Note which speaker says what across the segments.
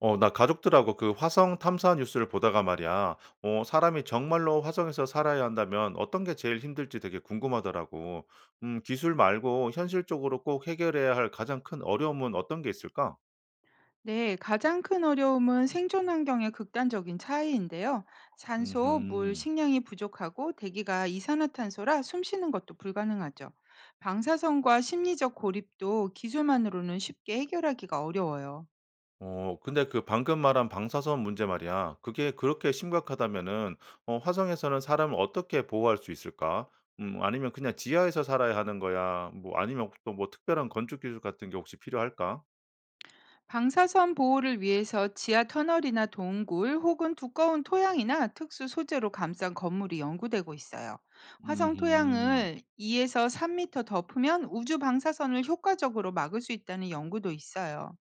Speaker 1: 나 가족들하고 그 화성 탐사 뉴스를 보다가 말이야. 사람이 정말로 화성에서 살아야 한다면 어떤 게 제일 힘들지 되게 궁금하더라고. 기술 말고 현실적으로 꼭 해결해야 할 가장 큰 어려움은 어떤 게 있을까?
Speaker 2: 네, 가장 큰 어려움은 생존 환경의 극단적인 차이인데요. 산소, 물,
Speaker 1: 음,
Speaker 2: 식량이 부족하고 대기가 이산화탄소라 숨 쉬는 것도 불가능하죠. 방사선과 심리적 고립도 기술만으로는 쉽게 해결하기가 어려워요.
Speaker 1: 근데 그 방금 말한 방사선 문제 말이야. 그게 그렇게 심각하다면은, 화성에서는 사람을 어떻게 보호할 수 있을까? 아니면 그냥 지하에서 살아야 하는 거야? 뭐, 아니면 또 뭐 특별한 건축 기술 같은 게 혹시 필요할까?
Speaker 2: 방사선 보호를 위해서 지하 터널이나 동굴 혹은 두꺼운 토양이나 특수 소재로 감싼 건물이 연구되고 있어요. 화성
Speaker 1: 음.
Speaker 2: 토양을 2에서 3미터 덮으면 우주 방사선을 효과적으로 막을 수 있다는 연구도 있어요.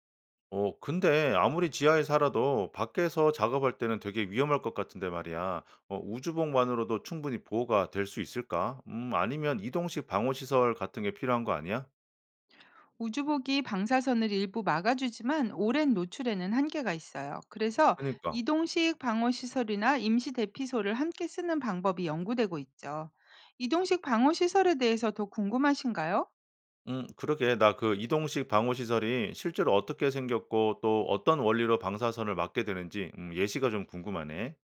Speaker 1: 근데 아무리 지하에 살아도 밖에서 작업할 때는 되게 위험할 것 같은데 말이야. 우주복만으로도 충분히 보호가 될 수 있을까? 아니면 이동식 방호시설 같은 게 필요한 거 아니야?
Speaker 2: 우주복이 방사선을 일부 막아주지만 오랜 노출에는 한계가 있어요. 그래서
Speaker 1: 그러니까.
Speaker 2: 이동식 방어시설이나 임시 대피소를 함께 쓰는 방법이 연구되고 있죠. 이동식 방어시설에 대해서 더 궁금하신가요?
Speaker 1: 그러게. 나 그 이동식 방호시설이 실제로 어떻게 생겼고 또 어떤 원리로 방사선을 막게 되는지 예시가 좀 궁금하네.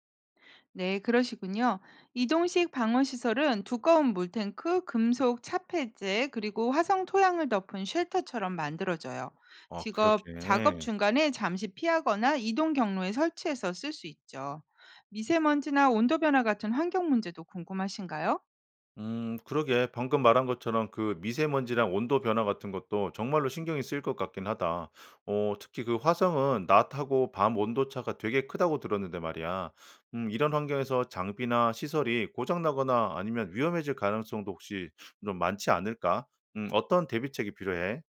Speaker 2: 네, 그러시군요. 이동식 방어 시설은 두꺼운 물탱크, 금속 차폐제, 그리고 화성 토양을 덮은 쉘터처럼 만들어져요.
Speaker 1: 어,
Speaker 2: 직업 작업
Speaker 1: 그렇게.
Speaker 2: 중간에 잠시 피하거나 이동 경로에 설치해서 쓸 수 있죠. 미세먼지나 온도 변화 같은 환경 문제도 궁금하신가요?
Speaker 1: 그러게 방금 말한 것처럼 그 미세먼지랑 온도 변화 같은 것도 정말로 신경이 쓰일 것 같긴 하다. 특히 그 화성은 낮하고 밤 온도 차가 되게 크다고 들었는데 말이야. 이런 환경에서 장비나 시설이 고장 나거나 아니면 위험해질 가능성도 혹시 좀 많지 않을까? 어떤 대비책이 필요해?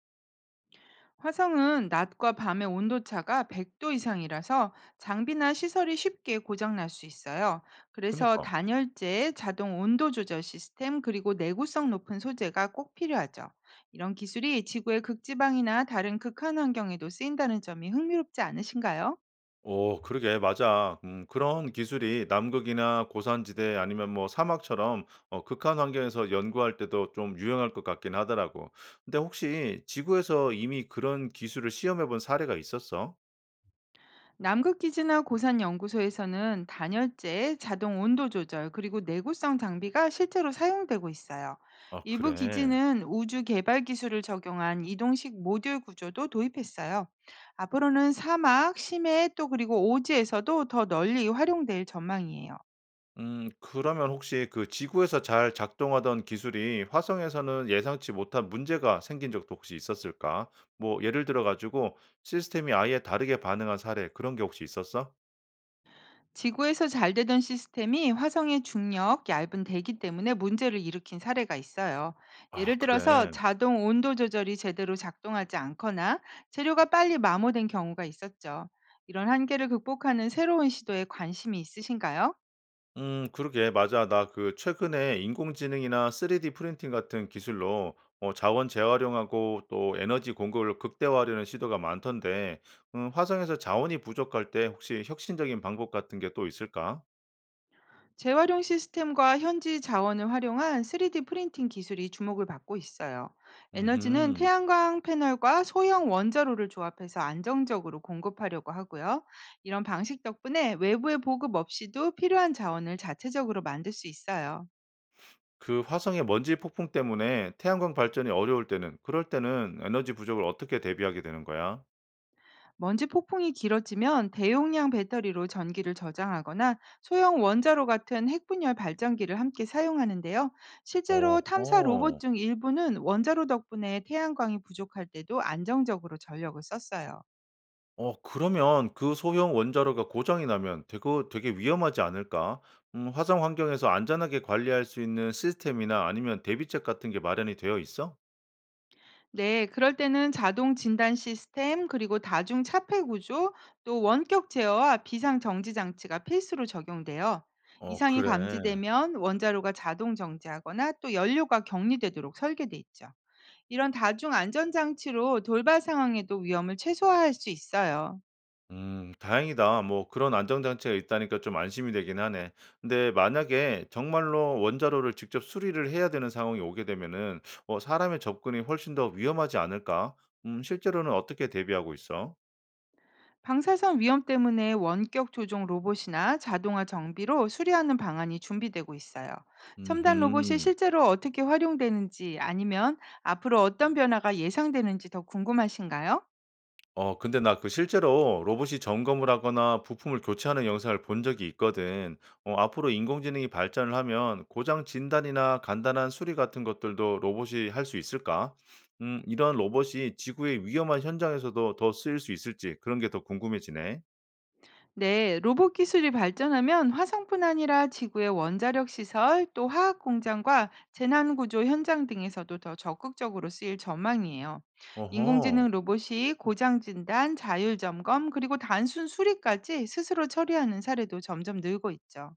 Speaker 2: 화성은 낮과 밤의 온도차가 100도 이상이라서 장비나 시설이 쉽게 고장날 수 있어요. 그래서
Speaker 1: 그니까.
Speaker 2: 단열재, 자동 온도 조절 시스템, 그리고 내구성 높은 소재가 꼭 필요하죠. 이런 기술이 지구의 극지방이나 다른 극한 환경에도 쓰인다는 점이 흥미롭지 않으신가요?
Speaker 1: 오 그러게 맞아. 그런 기술이 남극이나 고산지대 아니면 뭐 사막처럼 극한 환경에서 연구할 때도 좀 유용할 것 같긴 하더라고. 근데 혹시 지구에서 이미 그런 기술을 시험해 본 사례가 있었어?
Speaker 2: 남극기지나 고산연구소에서는 단열재, 자동 온도 조절, 그리고 내구성 장비가 실제로 사용되고 있어요.
Speaker 1: 아
Speaker 2: 일부
Speaker 1: 그래.
Speaker 2: 기지는 우주 개발 기술을 적용한 이동식 모듈 구조도 도입했어요. 앞으로는 사막, 심해, 또 그리고 오지에서도 더 널리 활용될 전망이에요.
Speaker 1: 그러면 혹시 그 지구에서 잘 작동하던 기술이 화성에서는 예상치 못한 문제가 생긴 적도 혹시 있었을까? 뭐 예를 들어 가지고 시스템이 아예 다르게 반응한 사례 그런 게 혹시 있었어?
Speaker 2: 지구에서 잘 되던 시스템이 화성의 중력, 얇은 대기 때문에 문제를 일으킨 사례가 있어요.
Speaker 1: 아
Speaker 2: 예를 들어서
Speaker 1: 그래.
Speaker 2: 자동 온도 조절이 제대로 작동하지 않거나 재료가 빨리 마모된 경우가 있었죠. 이런 한계를 극복하는 새로운 시도에 관심이 있으신가요?
Speaker 1: 그러게. 맞아. 나 그 최근에 인공지능이나 3D 프린팅 같은 기술로 자원 재활용하고 또 에너지 공급을 극대화하려는 시도가 많던데, 화성에서 자원이 부족할 때 혹시 혁신적인 방법 같은 게 또 있을까?
Speaker 2: 재활용 시스템과 현지 자원을 활용한 3D 프린팅 기술이 주목을 받고 있어요. 에너지는
Speaker 1: 음,
Speaker 2: 태양광 패널과 소형 원자로를 조합해서 안정적으로 공급하려고 하고요. 이런 방식 덕분에 외부의 보급 없이도 필요한 자원을 자체적으로 만들 수 있어요.
Speaker 1: 그 화성의 먼지 폭풍 때문에 태양광 발전이 어려울 때는, 그럴 때는 에너지 부족을 어떻게 대비하게 되는 거야?
Speaker 2: 먼지 폭풍이 길어지면 대용량 배터리로 전기를 저장하거나 소형 원자로 같은 핵분열 발전기를 함께 사용하는데요. 실제로 탐사 로봇
Speaker 1: 어허.
Speaker 2: 중 일부는 원자로 덕분에 태양광이 부족할 때도 안정적으로 전력을 썼어요.
Speaker 1: 그러면 그 소형 원자로가 고장이 나면 되게 위험하지 않을까? 화성 환경에서 안전하게 관리할 수 있는 시스템이나 아니면 대비책 같은 게 마련이 되어 있어?
Speaker 2: 네, 그럴 때는 자동 진단 시스템, 그리고 다중 차폐 구조, 또 원격 제어와 비상 정지 장치가 필수로 적용돼요.
Speaker 1: 어
Speaker 2: 이상이
Speaker 1: 그래.
Speaker 2: 감지되면 원자로가 자동 정지하거나 또 연료가 격리되도록 설계돼 있죠. 이런 다중 안전 장치로 돌발 상황에도 위험을 최소화할 수 있어요.
Speaker 1: 다행이다. 뭐 그런 안전장치가 있다니까 좀 안심이 되긴 하네. 근데 만약에 정말로 원자로를 직접 수리를 해야 되는 상황이 오게 되면은 사람의 접근이 훨씬 더 위험하지 않을까? 실제로는 어떻게 대비하고 있어?
Speaker 2: 방사선 위험 때문에 원격 조종 로봇이나 자동화 정비로 수리하는 방안이 준비되고 있어요. 첨단 로봇이
Speaker 1: 음흠.
Speaker 2: 실제로 어떻게 활용되는지 아니면 앞으로 어떤 변화가 예상되는지 더 궁금하신가요?
Speaker 1: 근데 나 그 실제로 로봇이 점검을 하거나 부품을 교체하는 영상을 본 적이 있거든. 앞으로 인공지능이 발전을 하면 고장 진단이나 간단한 수리 같은 것들도 로봇이 할 수 있을까? 이런 로봇이 지구의 위험한 현장에서도 더 쓰일 수 있을지 그런 게 더 궁금해지네.
Speaker 2: 네, 로봇 기술이 발전하면 화성뿐 아니라 지구의 원자력 시설, 또 화학 공장과 재난 구조 현장 등에서도 더 적극적으로 쓰일 전망이에요.
Speaker 1: 어허.
Speaker 2: 인공지능 로봇이 고장 진단, 자율 점검, 그리고 단순 수리까지 스스로 처리하는 사례도 점점 늘고 있죠.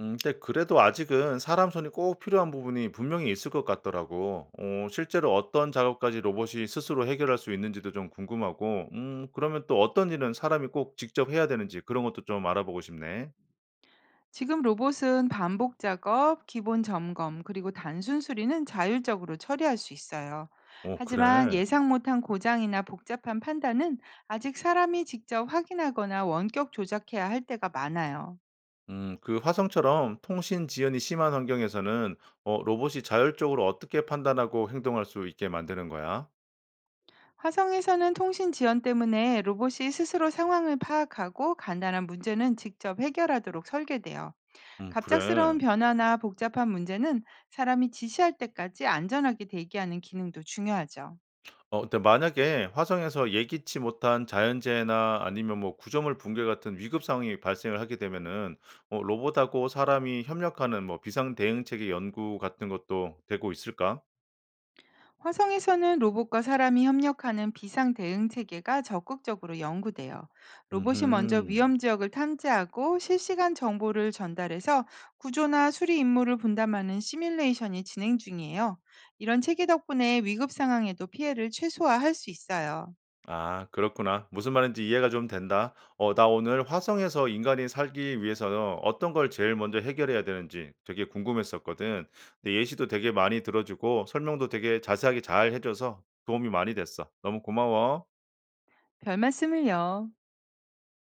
Speaker 1: 근데 그래도 아직은 사람 손이 꼭 필요한 부분이 분명히 있을 것 같더라고. 실제로 어떤 작업까지 로봇이 스스로 해결할 수 있는지도 좀 궁금하고 그러면 또 어떤 일은 사람이 꼭 직접 해야 되는지 그런 것도 좀 알아보고 싶네.
Speaker 2: 지금 로봇은 반복 작업, 기본 점검, 그리고 단순 수리는 자율적으로 처리할 수 있어요.
Speaker 1: 어
Speaker 2: 하지만
Speaker 1: 그래.
Speaker 2: 예상 못한 고장이나 복잡한 판단은 아직 사람이 직접 확인하거나 원격 조작해야 할 때가 많아요.
Speaker 1: 그 화성처럼 통신 지연이 심한 환경에서는 로봇이 자율적으로 어떻게 판단하고 행동할 수 있게 만드는 거야?
Speaker 2: 화성에서는 통신 지연 때문에 로봇이 스스로 상황을 파악하고 간단한 문제는 직접 해결하도록 설계돼요.
Speaker 1: 그래.
Speaker 2: 갑작스러운 변화나 복잡한 문제는 사람이 지시할 때까지 안전하게 대기하는 기능도 중요하죠.
Speaker 1: 근데 만약에 화성에서 예기치 못한 자연재해나 아니면 뭐 구조물 붕괴 같은 위급 상황이 발생을 하게 되면은 로봇하고 사람이 협력하는 뭐 비상 대응체계 연구 같은 것도 되고 있을까?
Speaker 2: 화성에서는 로봇과 사람이 협력하는 비상 대응 체계가 적극적으로 연구돼요. 로봇이 먼저
Speaker 1: 음
Speaker 2: 위험 지역을 탐지하고 실시간 정보를 전달해서 구조나 수리 임무를 분담하는 시뮬레이션이 진행 중이에요. 이런 체계 덕분에 위급 상황에도 피해를 최소화할 수 있어요.
Speaker 1: 아 그렇구나. 무슨 말인지 이해가 좀 된다. 나 오늘 화성에서 인간이 살기 위해서 어떤 걸 제일 먼저 해결해야 되는지 되게 궁금했었거든. 근데 예시도 되게 많이 들어 주고 설명도 되게 자세하게 잘 해 줘서 도움이 많이 됐어. 너무 고마워.
Speaker 2: 별 말씀을요.